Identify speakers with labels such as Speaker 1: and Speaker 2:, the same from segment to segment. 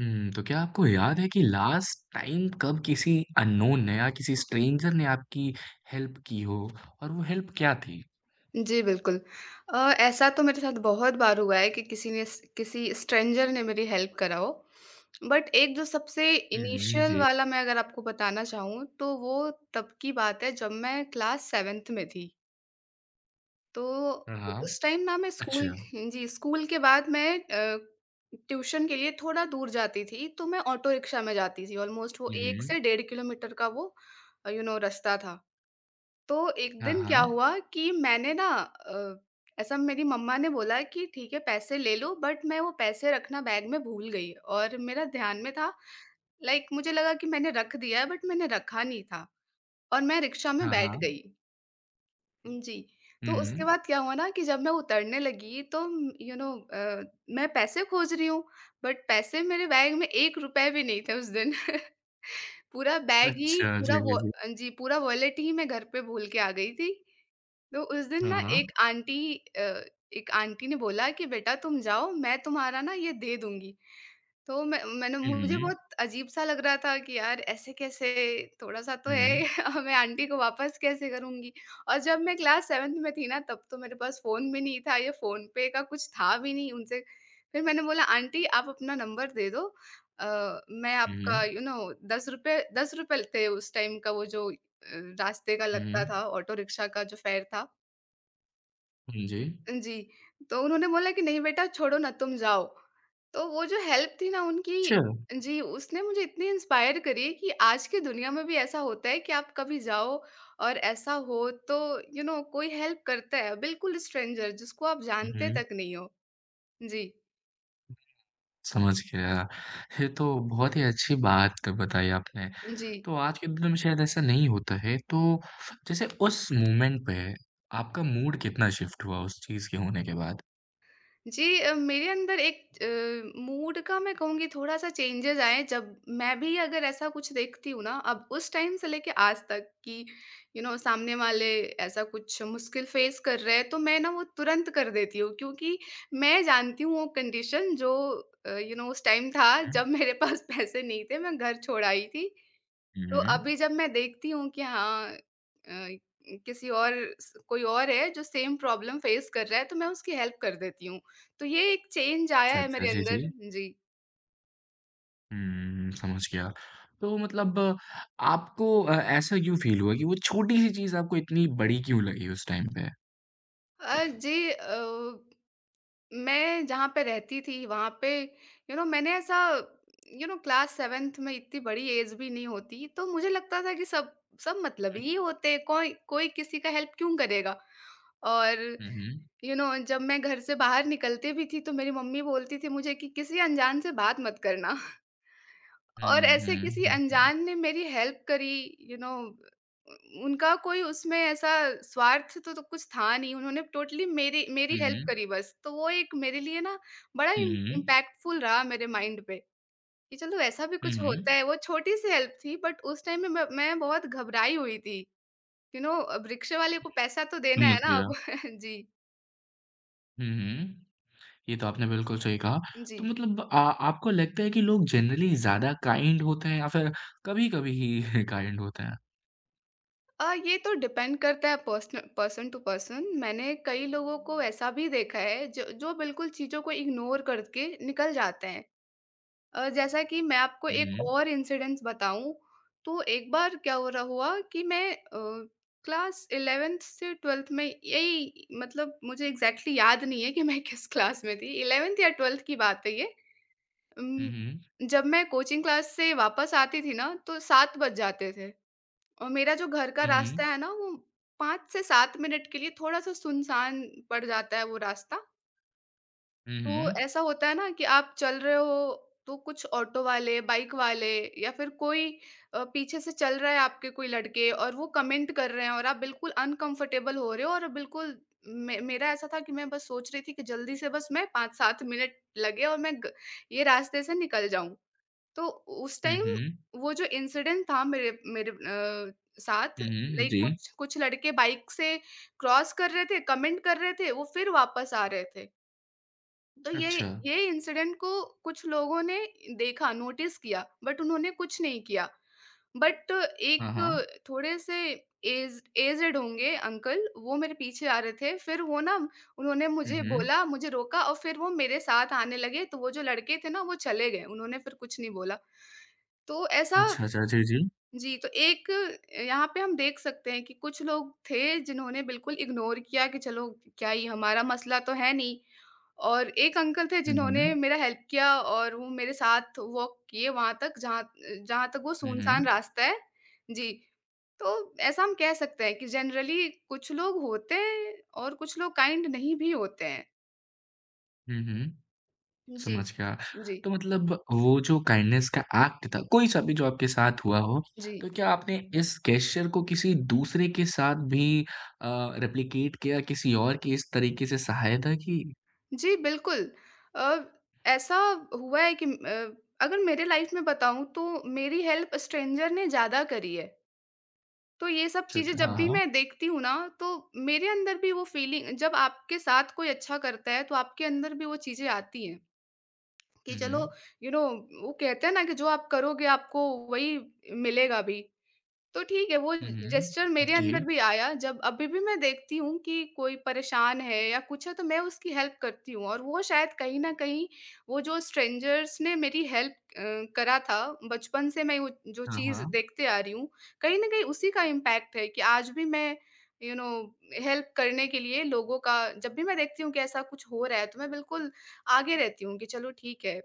Speaker 1: हुँ, तो क्या आपको याद है कि लास्ट टाइम कब किसी अननोन ने या किसी स्ट्रेंजर ने आपकी हेल्प की हो और वो हेल्प क्या थी?
Speaker 2: जी, बिल्कुल। ऐसा तो मेरे साथ बहुत बार हुआ है कि किसी स्ट्रेंजर ने मेरी हेल्प करा हो। बट एक जो सबसे
Speaker 1: हुँ,
Speaker 2: इनिशियल
Speaker 1: जी।
Speaker 2: वाला मैं अगर आपको बताना चाहूँ, तो वो तब की बात है जब मैं क्लास 7th में थी। तो
Speaker 1: हाँ,
Speaker 2: उ
Speaker 1: हाँ।
Speaker 2: उस टाइम ना मैं स्कूल,
Speaker 1: अच्छा।
Speaker 2: जी, स्कूल के बाद मैं ट्यूशन के लिए थोड़ा दूर जाती थी, तो मैं ऑटो रिक्शा में जाती थी। ऑलमोस्ट वो 1
Speaker 1: हुँ।
Speaker 2: से डेढ़ किलोमीटर का वो रास्ता था। तो एक
Speaker 1: हाँ,
Speaker 2: दिन क्या
Speaker 1: हाँ।
Speaker 2: हुआ कि ऐसा मेरी मम्मा ने बोला कि ठीक है पैसे ले लो, बट मैं वो पैसे रखना बैग में भूल गई। और मेरा ध्यान में था, लाइक मुझे लगा कि मैंने रख दिया है, बट मैंने रखा नहीं था, और मैं रिक्शा में
Speaker 1: हाँ,
Speaker 2: बैठ
Speaker 1: हाँ।
Speaker 2: गई। जी। तो उसके
Speaker 1: हुँ।
Speaker 2: बाद क्या हुआ ना कि जब मैं उतरने लगी, तो यू नो अ, मैं पैसे खोज रही हूँ, बट पैसे मेरे बैग में ₹1 भी नहीं थे उस दिन। पूरा बैग ही,
Speaker 1: अच्छा,
Speaker 2: पूरा
Speaker 1: जी, जी,
Speaker 2: वो,
Speaker 1: जी।
Speaker 2: जी, पूरा वॉलेट ही मैं घर पे भूल के आ गई थी। तो उस दिन
Speaker 1: हाँ,
Speaker 2: ना
Speaker 1: हाँ।
Speaker 2: अ, एक आंटी ने बोला कि बेटा तुम जाओ, मैं तुम्हारा ना ये दे दूँगी। तो मैंने,
Speaker 1: हुँ,
Speaker 2: मुझे
Speaker 1: हुँ।
Speaker 2: बहुत अजीब-सा लग रहा था कि यार ऐसे कैसे, थोड़ा-सा तो है
Speaker 1: हुँ,
Speaker 2: मैं आंटी को वापस कैसे करूँगी? और जब मैं क्लास 7th में थी ना, तब तो मेरे पास फ़ोन भी नहीं था, ये फ़ोन पे का कुछ था भी नहीं उनसे। फिर मैंने बोला, आंटी आप अपना नंबर दे दो, मैं
Speaker 1: हुँ,
Speaker 2: आपका ₹10 ₹10 थे उस टाइम का वो जो रास्ते का लगता
Speaker 1: हुँ।
Speaker 2: था, ऑटो रिक्शा का जो फेयर था।
Speaker 1: हुँ, जी।
Speaker 2: जी। तो उन्होंने बोला कि नहीं बेटा छोड़ो ना, तुम जाओ। तो वो जो हेल्प थी ना
Speaker 1: अच्छा।
Speaker 2: उनकी, जी, उसने मुझे इतनी इंस्पायर करी कि आज की दुनिया में भी ऐसा होता है कि आप कभी जाओ और ऐसा हो, तो कोई हेल्प करता है, बिल्कुल स्ट्रेंजर जिसको आप जानते
Speaker 1: हुँ।
Speaker 2: तक नहीं हो। जी,
Speaker 1: समझ गया। ये तो बहुत ही अच्छी बात बताई आपने।
Speaker 2: जी।
Speaker 1: तो आज के दिन में शायद ऐसा नहीं होता है, तो जैसे उस मोमेंट पे आपका मूड कितना शिफ्ट हुआ उस चीज़ के होने के बाद?
Speaker 2: जी, मेरे अंदर एक मूड का, मैं कहूँगी, थोड़ा-सा चेंजेज़ आए, जब मैं भी अगर ऐसा कुछ देखती हूँ ना, अब उस टाइम से लेके आज तक, कि सामने वाले ऐसा कुछ मुश्किल फ़ेस कर रहे हैं, तो मैं ना वो तुरंत कर देती हूँ, क्योंकि मैं जानती हूँ वो कंडीशन जो उस टाइम था
Speaker 1: हुँ,
Speaker 2: जब मेरे पास पैसे नहीं थे, मैं घर छोड़ आई थी। तो
Speaker 1: हुँ।
Speaker 2: अभी जब मैं देखती हूँ कि हाँ, किसी और, स कोई और है जो सेम प्रॉब्लम फेस कर रहा है, तो मैं उसकी हेल्प कर देती हूँ। तो ये एक चेंज आया
Speaker 1: अच्छा,
Speaker 2: है
Speaker 1: अच्छा।
Speaker 2: मेरे
Speaker 1: जी, जी।
Speaker 2: अंदर, जी।
Speaker 1: हुँ, समझ गया। तो मतलब आपको ऐसा क्यों फ़ील हुआ कि वो छोटी-सी चीज़ आपको इतनी बड़ी क्यों लगी उस टाइम पे?
Speaker 2: जी, मैं जहाँ पे रहती थी वहाँ पे, मैंने ऐसा, क्लास 7th में इतनी बड़ी एज भी नहीं होती, तो मुझे लगता था कि सब सब मतलबी ही होते हैं, कोई कोई किसी का हेल्प क्यों करेगा? और
Speaker 1: हुँ, हुँ, हुँ।
Speaker 2: जब मैं घर से बाहर निकलती भी थी, तो मेरी मम्मी बोलती थी मुझे कि किसी अनजान से बात मत करना। और
Speaker 1: हुँ,
Speaker 2: ऐसे
Speaker 1: हुँ,
Speaker 2: किसी
Speaker 1: हुँ, हुँ।
Speaker 2: अनजान ने मेरी हेल्प करी, यू नो उनका कोई उसमें ऐसा स्वार्थ तो कुछ था नहीं, उन्होंने टोटली मेरी मेरी
Speaker 1: हुँ,
Speaker 2: हेल्प
Speaker 1: हुँ।
Speaker 2: करी बस। तो वो एक मेरे लिए ना बड़ा
Speaker 1: हुँ, हुँ।
Speaker 2: इम्पैक्टफुल रहा मेरे माइंड पे, कि चलो ऐसा भी
Speaker 1: हुँ,
Speaker 2: कुछ होता
Speaker 1: हुँ।
Speaker 2: है। वो छोटी सी हेल्प थी, बट उस टाइम में मैं बहुत घबराई हुई थी, यू नो रिक्शे वाले को पैसा तो देना
Speaker 1: समझ
Speaker 2: है ना
Speaker 1: गया।
Speaker 2: अब। जी।
Speaker 1: हुँ, हुँ। ये तो आपने बिल्कुल सही कहा। तो
Speaker 2: जी।
Speaker 1: मतलब आ आपको लगता है कि लोग जनरली ज़्यादा काइंड होते हैं या फिर कभी-कभी ही काइंड होते हैं?
Speaker 2: ये तो डिपेंड करता है पर्सन पर्सन टू पर्सन। मैंने कई लोगों को ऐसा भी देखा है जो जो बिल्कुल चीज़ों को इग्नोर करके निकल जाते हैं। अ, जैसा कि मैं आपको जी। एक
Speaker 1: हुँ,
Speaker 2: और इंसिडेंस बताऊँ, तो एक बार क्या हो रहा हुआ कि मैं क्लास 11th से 12th में, यही मतलब, मुझे एग्ज़ैक्टली याद नहीं है कि मैं किस क्लास में थी, 11th या 12th की बात है ये।
Speaker 1: हुँ,
Speaker 2: उम,
Speaker 1: हुँ,
Speaker 2: जब मैं कोचिंग क्लास से वापस आती थी ना, तो 7 बज जाते थे। और मेरा जो घर का
Speaker 1: हुँ,
Speaker 2: रास्ता है ना, वो 5 से 7 मिनट के लिए थोड़ा-सा सुनसान पड़ जाता है, वो रास्ता।
Speaker 1: हुँ,
Speaker 2: तो
Speaker 1: हुँ,
Speaker 2: ऐसा होता है ना कि आप चल रहे हो, तो कुछ ऑटो वाले, बाइक वाले, या फिर कोई पीछे से चल रहा है आपके, कोई लड़के, और वो कमेंट कर रहे हैं, और आप बिल्कुल अनकंफर्टेबल हो रहे हो, और बिल्कुल मे मेरा ऐसा था कि मैं बस सोच रही थी कि जल्दी से बस मैं 5-7 मिनट लगे और मैं ग ये रास्ते से निकल जाऊँ। तो उस
Speaker 1: हुँ,
Speaker 2: टाइम
Speaker 1: हुँ,
Speaker 2: वो जो इंसिडेंट था, मेरे मेरे अ, साथ,
Speaker 1: हुँ, हुँ,
Speaker 2: लाइक
Speaker 1: जी।
Speaker 2: कुछ कुछ लड़के बाइक से क्रॉस कर रहे थे, कमेंट कर रहे थे, वो फिर वापस आ रहे थे। तो ये
Speaker 1: अच्छा।
Speaker 2: ये इंसिडेंट को कुछ लोगों ने देखा, नोटिस किया, बट उन्होंने कुछ नहीं किया। बट
Speaker 1: हाँ, हाँ।
Speaker 2: एक थोड़े-से एज्ड एज्ड होंगे अंकल, वो मेरे पीछे आ रहे थे, फिर वो ना, उन्होंने
Speaker 1: हुँ,
Speaker 2: मुझे
Speaker 1: हुँ।
Speaker 2: बोला, मुझे रोका, और फिर वो मेरे साथ आने लगे, तो वो जो लड़के थे ना, वो चले गए, उन्होंने फिर कुछ नहीं बोला। तो ऐसा,
Speaker 1: अच्छा, अच्छा। जी, जी।
Speaker 2: जी, तो एक, यहाँ पे हम देख सकते हैं कि कुछ लोग थे जिन्होंने बिल्कुल इग्नोर किया कि चलो, क्या ही हमारा मसला तो है नहीं, और एक अंकल थे
Speaker 1: हुँ,
Speaker 2: जिन्होंने
Speaker 1: हुँ।
Speaker 2: मेरा हेल्प किया और वो मेरे साथ वॉक किए वहाँ तक, जहाँ जहाँ तक वो
Speaker 1: हुँ,
Speaker 2: सुनसान
Speaker 1: हुँ।
Speaker 2: रास्ता है। जी। तो ऐसा हम कह सकते हैं कि जनरली कुछ लोग होते हैं, और कुछ लोग काइंड नहीं भी होते हैं।
Speaker 1: हुँ, हुँ।
Speaker 2: जी।
Speaker 1: समझ गया।
Speaker 2: जी,
Speaker 1: तो मतलब वो जो काइंडनेस का एक्ट था, कोई सा भी जो आपके साथ हुआ हो,
Speaker 2: जी।
Speaker 1: तो क्या आपने इस गेस्चर को किसी दूसरे के साथ भी अ, रेप्लिकेट किया? किसी और की इस तरीके से सहायता की?
Speaker 2: जी, बिल्कुल। अ, ऐसा हुआ है कि अगर मेरे लाइफ़ में बताऊँ, तो मेरी हेल्प स्ट्रेंजर ने ज़्यादा करी है। तो ये सब
Speaker 1: अच्छा,
Speaker 2: चीज़ें
Speaker 1: अच्छा।
Speaker 2: जब
Speaker 1: हाँ,
Speaker 2: भी
Speaker 1: हाँ।
Speaker 2: मैं देखती हूँ ना, तो मेरे अंदर भी वो फीलिंग, जब आपके साथ कोई अच्छा करता है, तो आपके अंदर भी वो चीज़ें आती हैं कि
Speaker 1: हुँ,
Speaker 2: चलो,
Speaker 1: हुँ।
Speaker 2: यू you नो know, वो कहते हैं ना कि जो आप करोगे आपको वही मिलेगा भी। तो ठीक है, वो
Speaker 1: हुँ,
Speaker 2: जेस्चर
Speaker 1: हुँ।
Speaker 2: मेरे
Speaker 1: जी।
Speaker 2: अंदर भी आया, जब अभी भी मैं देखती हूँ कि कोई परेशान है या कुछ है, तो मैं उसकी हेल्प करती हूँ, और वो शायद कहीं न कहीं, वो जो स्ट्रेंजर्स ने मेरी हेल्प करा था बचपन से, मैं वो जो
Speaker 1: हाँ,
Speaker 2: चीज़
Speaker 1: हाँ।
Speaker 2: देखते आ रही हूँ, कहीं न कहीं उसी का इम्पैक्ट है कि आज भी मैं यू नो हेल्प करने के लिए लोगों का, जब भी मैं देखती हूँ कि ऐसा कुछ हो रहा है, तो मैं बिल्कुल आगे रहती हूँ कि चलो ठीक है।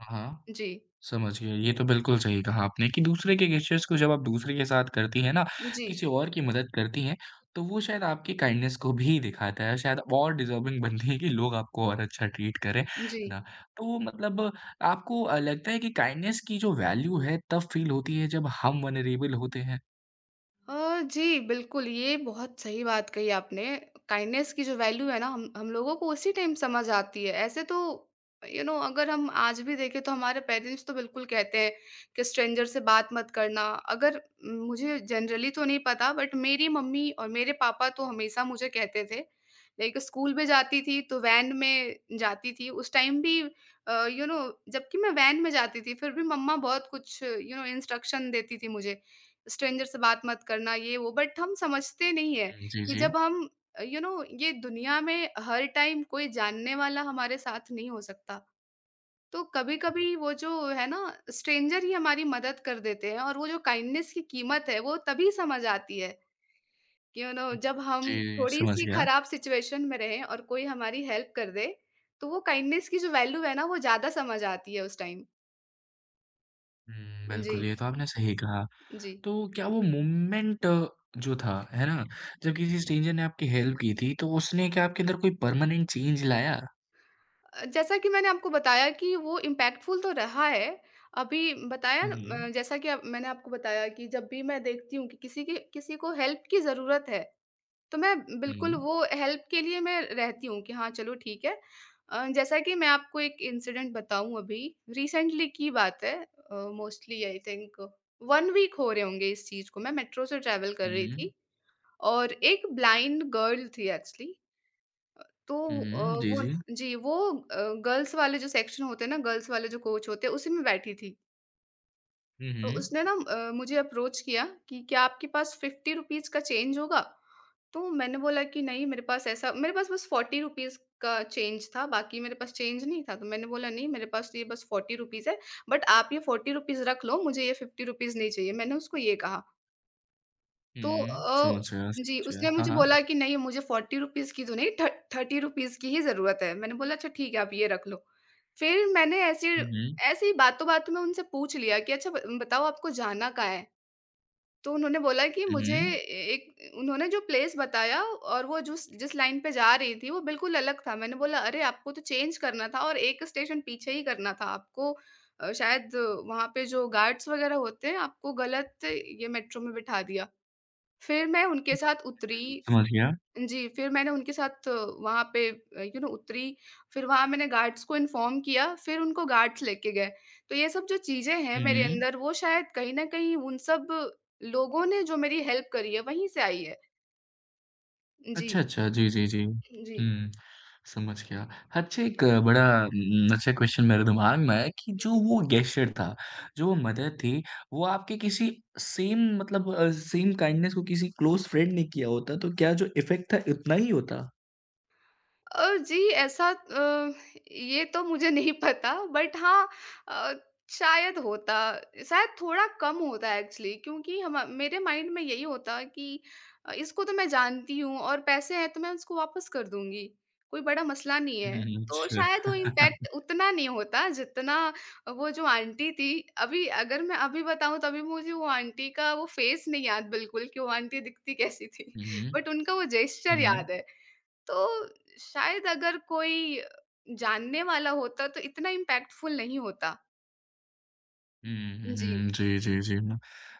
Speaker 1: हाँ, हाँ।
Speaker 2: जी।
Speaker 1: समझ गया। ये तो बिल्कुल सही कहा आपने कि दूसरे के गेस्चर्स को जब आप दूसरे के साथ करती हैं ना,
Speaker 2: जी,
Speaker 1: किसी और की मदद करती हैं, तो वो शायद आपकी काइंडनेस को भी दिखाता है, शायद और डिज़र्विंग बनती है कि लोग आपको और अच्छा ट्रीट करें, है
Speaker 2: जी।
Speaker 1: ना? तो मतलब आपको लगता है कि काइंडनेस की जो वैल्यू है, तब फ़ील होती है जब हम वल्नरेबल होते हैं?
Speaker 2: जी, बिल्कुल, ये बहुत सही बात कही आपने। काइंडनेस की जो वैल्यू है ना, हम लोगों को उसी टाइम समझ आती है। ऐसे तो यू you नो know, अगर हम आज भी देखें, तो हमारे पेरेंट्स तो बिल्कुल कहते हैं कि स्ट्रेंजर से बात मत करना। अगर मुझे जनरली तो नहीं पता, बट मेरी मम्मी और मेरे पापा तो हमेशा मुझे कहते थे। लाइक स्कूल में जाती थी, तो वैन में जाती थी। उस टाइम भी अ, यू नो जबकि मैं वैन में जाती थी, फिर भी मम्मा बहुत कुछ इंस्ट्रक्शन देती थी मुझे। स्ट्रेंजर से बात मत करना, ये वो, बट हम समझते नहीं है
Speaker 1: हुँ, जी,
Speaker 2: कि
Speaker 1: जी।
Speaker 2: जब हम ये दुनिया में हर टाइम कोई जानने वाला हमारे साथ नहीं हो सकता, तो कभी कभी वो जो है ना, स्ट्रेंजर ही हमारी मदद कर देते हैं, और वो जो काइंडनेस की कीमत है, वो तभी समझ आती है, कि
Speaker 1: हुँ,
Speaker 2: जब हम
Speaker 1: जी,
Speaker 2: थोड़ी
Speaker 1: समझ
Speaker 2: सी
Speaker 1: गया।
Speaker 2: खराब सिचुएशन में रहें और कोई हमारी हेल्प कर दे, तो वो काइंडनेस की जो वैल्यू है ना, वो ज्यादा समझ आती है उस टाइम।
Speaker 1: हुँ,
Speaker 2: जी।
Speaker 1: बिल्कुल, ये तो आपने सही कहा।
Speaker 2: जी।
Speaker 1: तो क्या वो मोमेंट जो था, है ना? जब किसी स्ट्रेंजर ने आपकी हेल्प की थी, तो उसने क्या आपके अंदर कोई परमानेंट चेंज लाया?
Speaker 2: जैसा कि मैंने आपको बताया कि वो इम्पैक्टफुल तो रहा है। अभी बताया
Speaker 1: हुँ,
Speaker 2: न।
Speaker 1: हुँ।
Speaker 2: जैसा कि अब मैंने आपको बताया कि जब भी मैं देखती हूँ कि किसी को हेल्प की ज़रूरत है, तो मैं बिल्कुल
Speaker 1: हुँ,
Speaker 2: वो हेल्प के लिए मैं रहती हूँ कि हाँ, चलो ठीक है। जैसा कि मैं आपको एक इंसिडेंट बताऊँ अभी, रिसेंटली की बात है, मोस्टली आई थिंक 1 वीक हो रहे होंगे इस चीज़ को। मैं मेट्रो से ट्रैवल कर रही
Speaker 1: हुँ,
Speaker 2: थी और एक ब्लाइंड गर्ल थी एक्चुअली। तो
Speaker 1: हुँ, जी,
Speaker 2: वो
Speaker 1: जी।
Speaker 2: न, जी, वो गर्ल्स वाले जो सेक्शन होते हैं ना, गर्ल्स वाले जो कोच होते हैं, उसी में बैठी थी।
Speaker 1: हुँ,
Speaker 2: तो
Speaker 1: हुँ,
Speaker 2: उसने ना मुझे अप्रोच किया कि, "क्या आपके पास ₹50 का चेंज होगा?" तो मैंने बोला कि, "नहीं, मेरे पास ऐसा," मेरे पास बस ₹40 का चेंज था, बाकी मेरे पास चेंज नहीं था। तो मैंने बोला, "नहीं, मेरे पास तो ये बस ₹40 है, बट आप ये ₹40 रख लो, मुझे ये ₹50 नहीं चाहिए।" मैंने उसको ये कहा। तो
Speaker 1: हुँ, समझ गया,
Speaker 2: जी,
Speaker 1: समझ गया।
Speaker 2: उसने
Speaker 1: हाँ,
Speaker 2: मुझे
Speaker 1: हाँ।
Speaker 2: बोला कि नहीं, मुझे ₹40 रुपीज़ की तो नहीं थ ₹30 रुपीज़ की ही ज़रूरत है। मैंने बोला अच्छा ठीक है, आप ये रख लो। फिर मैंने ऐसे
Speaker 1: हुँ, हुँ,
Speaker 2: ऐसे ही बातों-बातों में उनसे पूछ लिया कि अच्छा ब बताओ, आपको जाना कहाँ है? तो उन्होंने बोला कि
Speaker 1: हुँ,
Speaker 2: मुझे
Speaker 1: हुँ,
Speaker 2: एक उन्होंने जो प्लेस बताया और वो जुस जिस लाइन पे जा रही थी वो बिल्कुल अलग था। मैंने बोला, अरे आपको तो चेंज करना था और एक स्टेशन पीछे ही करना था आपको। शायद वहाँ पे जो गार्ड्स वग़ैरह होते हैं आपको गलत ये मेट्रो में बिठा दिया। फिर मैं उनके साथ उतरी।
Speaker 1: समझ गया।
Speaker 2: जी, फिर मैंने उनके साथ वहाँ पे उतरी, फिर वहाँ मैंने गार्ड्स को इन्फॉर्म किया, फिर उनको गार्ड्स लेके गए। तो ये सब जो चीज़ें हैं
Speaker 1: हुँ,
Speaker 2: मेरे
Speaker 1: हुँ।
Speaker 2: अंदर, वो शायद कहीं न कहीं उन सब लोगों ने जो मेरी हेल्प करी है, वहीं से आई है। जी,
Speaker 1: अच्छा, अच्छा। जी, जी, जी।
Speaker 2: जी,
Speaker 1: हुँ, समझ गया। अच्छा एक बड़ा अच्छा क्वेश्चन मेरे दिमाग में आया कि जो
Speaker 2: जी।
Speaker 1: वो गेस्चर था, जो वो मदद थी, वो आपके किसी सेम मतलब सेम काइंडनेस को किसी क्लोज़ फ्रेंड ने किया होता, तो क्या जो इफ़ेक्ट था, उतना ही होता?
Speaker 2: जी ऐसा, ये तो मुझे नहीं पता, बट हाँ अ, शायद होता। शायद थोड़ा कम होता एक्चुअली, क्योंकि हम मेरे माइंड में यही होता कि इसको तो मैं जानती हूँ और पैसे हैं तो मैं उसको वापस कर दूंगी, कोई बड़ा मसला नहीं
Speaker 1: हुँ,
Speaker 2: है।
Speaker 1: हुँ, हुँ।
Speaker 2: तो शायद वो इम्पैक्ट
Speaker 1: अच्छा।
Speaker 2: उतना नहीं होता जितना वो जो आंटी थी। अभी अगर मैं अभी बताऊं तो अभी मुझे वो आंटी का वो फेस नहीं याद बिल्कुल कि वो आंटी दिखती कैसी थी,
Speaker 1: हुँ, हुँ।
Speaker 2: बट उनका वो
Speaker 1: हुँ,
Speaker 2: जेस्चर
Speaker 1: हुँ।
Speaker 2: याद है। तो शायद अगर कोई जानने वाला होता तो इतना इम्पैक्टफुल नहीं होता।
Speaker 1: हुँ, हुँ,
Speaker 2: जी,
Speaker 1: हुँ। जी, जी, जी। मैं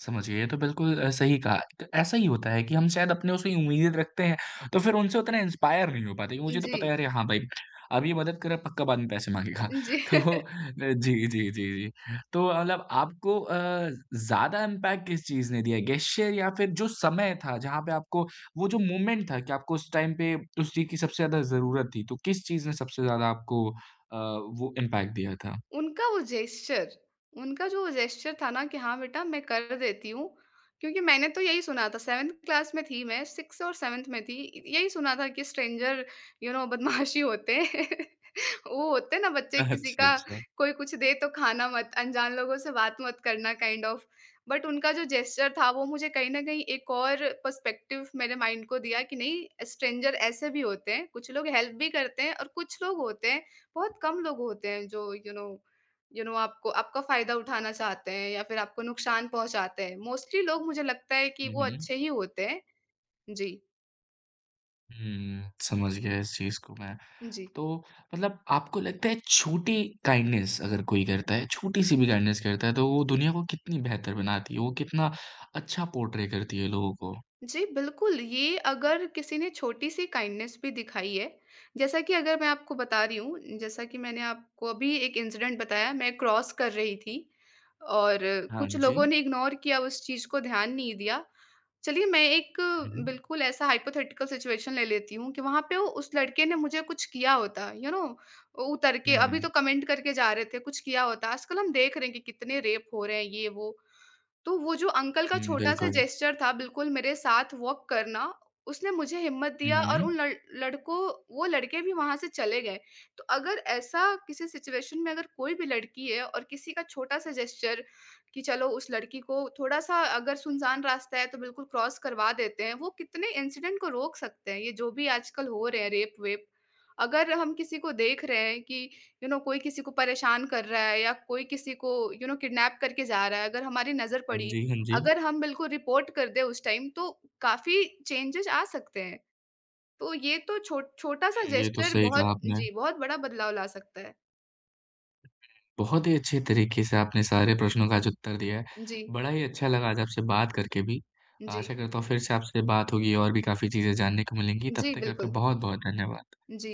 Speaker 1: समझ गया, ये तो बिल्कुल सही कहा। क ऐसा ही होता है कि हम शायद अपने से उम्मीद रखते हैं, तो फिर उनसे उतना इंस्पायर नहीं हो पाते। कि मुझे तो पता है,
Speaker 2: जी,
Speaker 1: अरे हाँ भाई, अब ये मदद करे, पक्का बाद में पैसे माँगेगा।
Speaker 2: जी।
Speaker 1: तो जी, जी, जी, जी। तो मतलब आपको ज़्यादा इम्पैक्ट किस चीज़ ने दिया है? गेस्चर या फिर जो समय था, जहाँ पे आपको वो जो मोमेंट था कि आपको उस टाइम पे उस चीज़ की सबसे ज़्यादा ज़रूरत थी, तो किस चीज़ ने सबसे ज़्यादा आपको वो इम्पैक्ट दिया था?
Speaker 2: उनका वो जेस्चर, उनका जो वो जेस्चर था ना कि हाँ बेटा मैं कर देती हूँ, क्योंकि मैंने तो यही सुना था, 7th क्लास में थी मैं, 6th और 7th में थी, यही सुना था कि स्ट्रेंजर, बदमाश ही होते हैं। वो होते हैं ना बच्चे, किसी
Speaker 1: अच्छा,
Speaker 2: का
Speaker 1: अच्छा।
Speaker 2: कोई कुछ दे तो खाना मत, अनजान लोगों से बात मत करना, काइंड ऑफ। बट उनका जो जेस्चर था वो मुझे कहीं न कहीं एक और पर्सपेक्टिव मेरे माइंड को दिया कि नहीं स्ट्रेंजर ऐसे भी होते हैं, कुछ लोग हेल्प भी करते हैं और कुछ लोग होते हैं, बहुत कम लोग होते हैं जो आपको आपका फ़ायदा उठाना चाहते हैं या फिर आपको नुकसान पहुँचाते हैं। मोस्टली लोग मुझे लगता है कि
Speaker 1: हुँ,
Speaker 2: वो
Speaker 1: हुँ।
Speaker 2: अच्छे ही होते हैं। जी,
Speaker 1: हुँ, समझ गया इस चीज़ को मैं।
Speaker 2: जी।
Speaker 1: तो मतलब आपको लगता है छोटी काइंडनेस अगर कोई करता है, छोटी-सी भी काइंडनेस करता है तो वो दुनिया को कितनी बेहतर बनाती है, वो कितना अच्छा पोर्ट्रे करती है लोगों को?
Speaker 2: जी, बिल्कुल, ये अगर किसी ने छोटी-सी काइंडनेस भी दिखाई है, जैसा कि अगर मैं आपको बता रही हूँ, जैसा कि मैंने आपको अभी एक इंसिडेंट बताया, मैं क्रॉस कर रही थी और
Speaker 1: हाँ
Speaker 2: कुछ
Speaker 1: जी।
Speaker 2: लोगों ने इग्नोर किया, उस चीज़ को ध्यान नहीं दिया। चलिए, मैं एक
Speaker 1: हुँ,
Speaker 2: बिल्कुल ऐसा हाइपोथेटिकल सिचुएशन ले लेती हूँ कि वहाँ पे वो उस लड़के ने मुझे कुछ किया होता, उतर के
Speaker 1: हुँ,
Speaker 2: अभी
Speaker 1: हुँ,
Speaker 2: तो कमेंट करके जा रहे थे, कुछ किया होता। आजकल हम देख रहे हैं कि कितने रेप हो रहे हैं, ये, वो। तो वो जो अंकल का
Speaker 1: हुँ,
Speaker 2: छोटा-सा
Speaker 1: बिल्कुल।
Speaker 2: जेस्चर था बिल्कुल मेरे साथ वॉक करना, उसने मुझे हिम्मत दिया और
Speaker 1: हुँ,
Speaker 2: उन लड़ लड़कों, वो लड़के भी वहाँ से चले गए। तो अगर ऐसा किसी सिचुएशन में अगर कोई भी लड़की है और किसी का छोटा-सा जेस्चर कि चलो उस लड़की को थोड़ा-सा अगर सुनसान रास्ता है तो बिल्कुल क्रॉस करवा देते हैं, वो कितने इंसिडेंट को रोक सकते हैं। ये जो भी आजकल हो रहे हैं रेप-वेप, अगर हम किसी को देख रहे हैं कि कोई किसी को परेशान कर रहा है या कोई किसी को किडनैप करके जा रहा है, अगर हमारी नज़र
Speaker 1: हाँ
Speaker 2: पड़ी,
Speaker 1: जी, हाँ जी।
Speaker 2: अगर हम बिल्कुल रिपोर्ट कर दें उस टाइम, तो काफ़ी चेंजेज़ आ सकते हैं। तो ये तो छो छोटा-सा
Speaker 1: ये तो
Speaker 2: जेस्चर
Speaker 1: सही
Speaker 2: बहुत,
Speaker 1: कहा आपने।
Speaker 2: जी, बहुत बड़ा बदलाव ला सकता है।
Speaker 1: बहुत ही अच्छे तरीके से आपने सारे प्रश्नों का आज उत्तर दिया है।
Speaker 2: जी,
Speaker 1: बड़ा ही अच्छा लगा आज आपसे बात करके भी।
Speaker 2: जी।
Speaker 1: आशा करता हूँ फिर से आपसे बात होगी और भी काफ़ी चीज़ें जानने को मिलेंगी। तब
Speaker 2: जी,
Speaker 1: तक आपका
Speaker 2: बिल्कुल।
Speaker 1: बहुत-बहुत धन्यवाद।
Speaker 2: जी।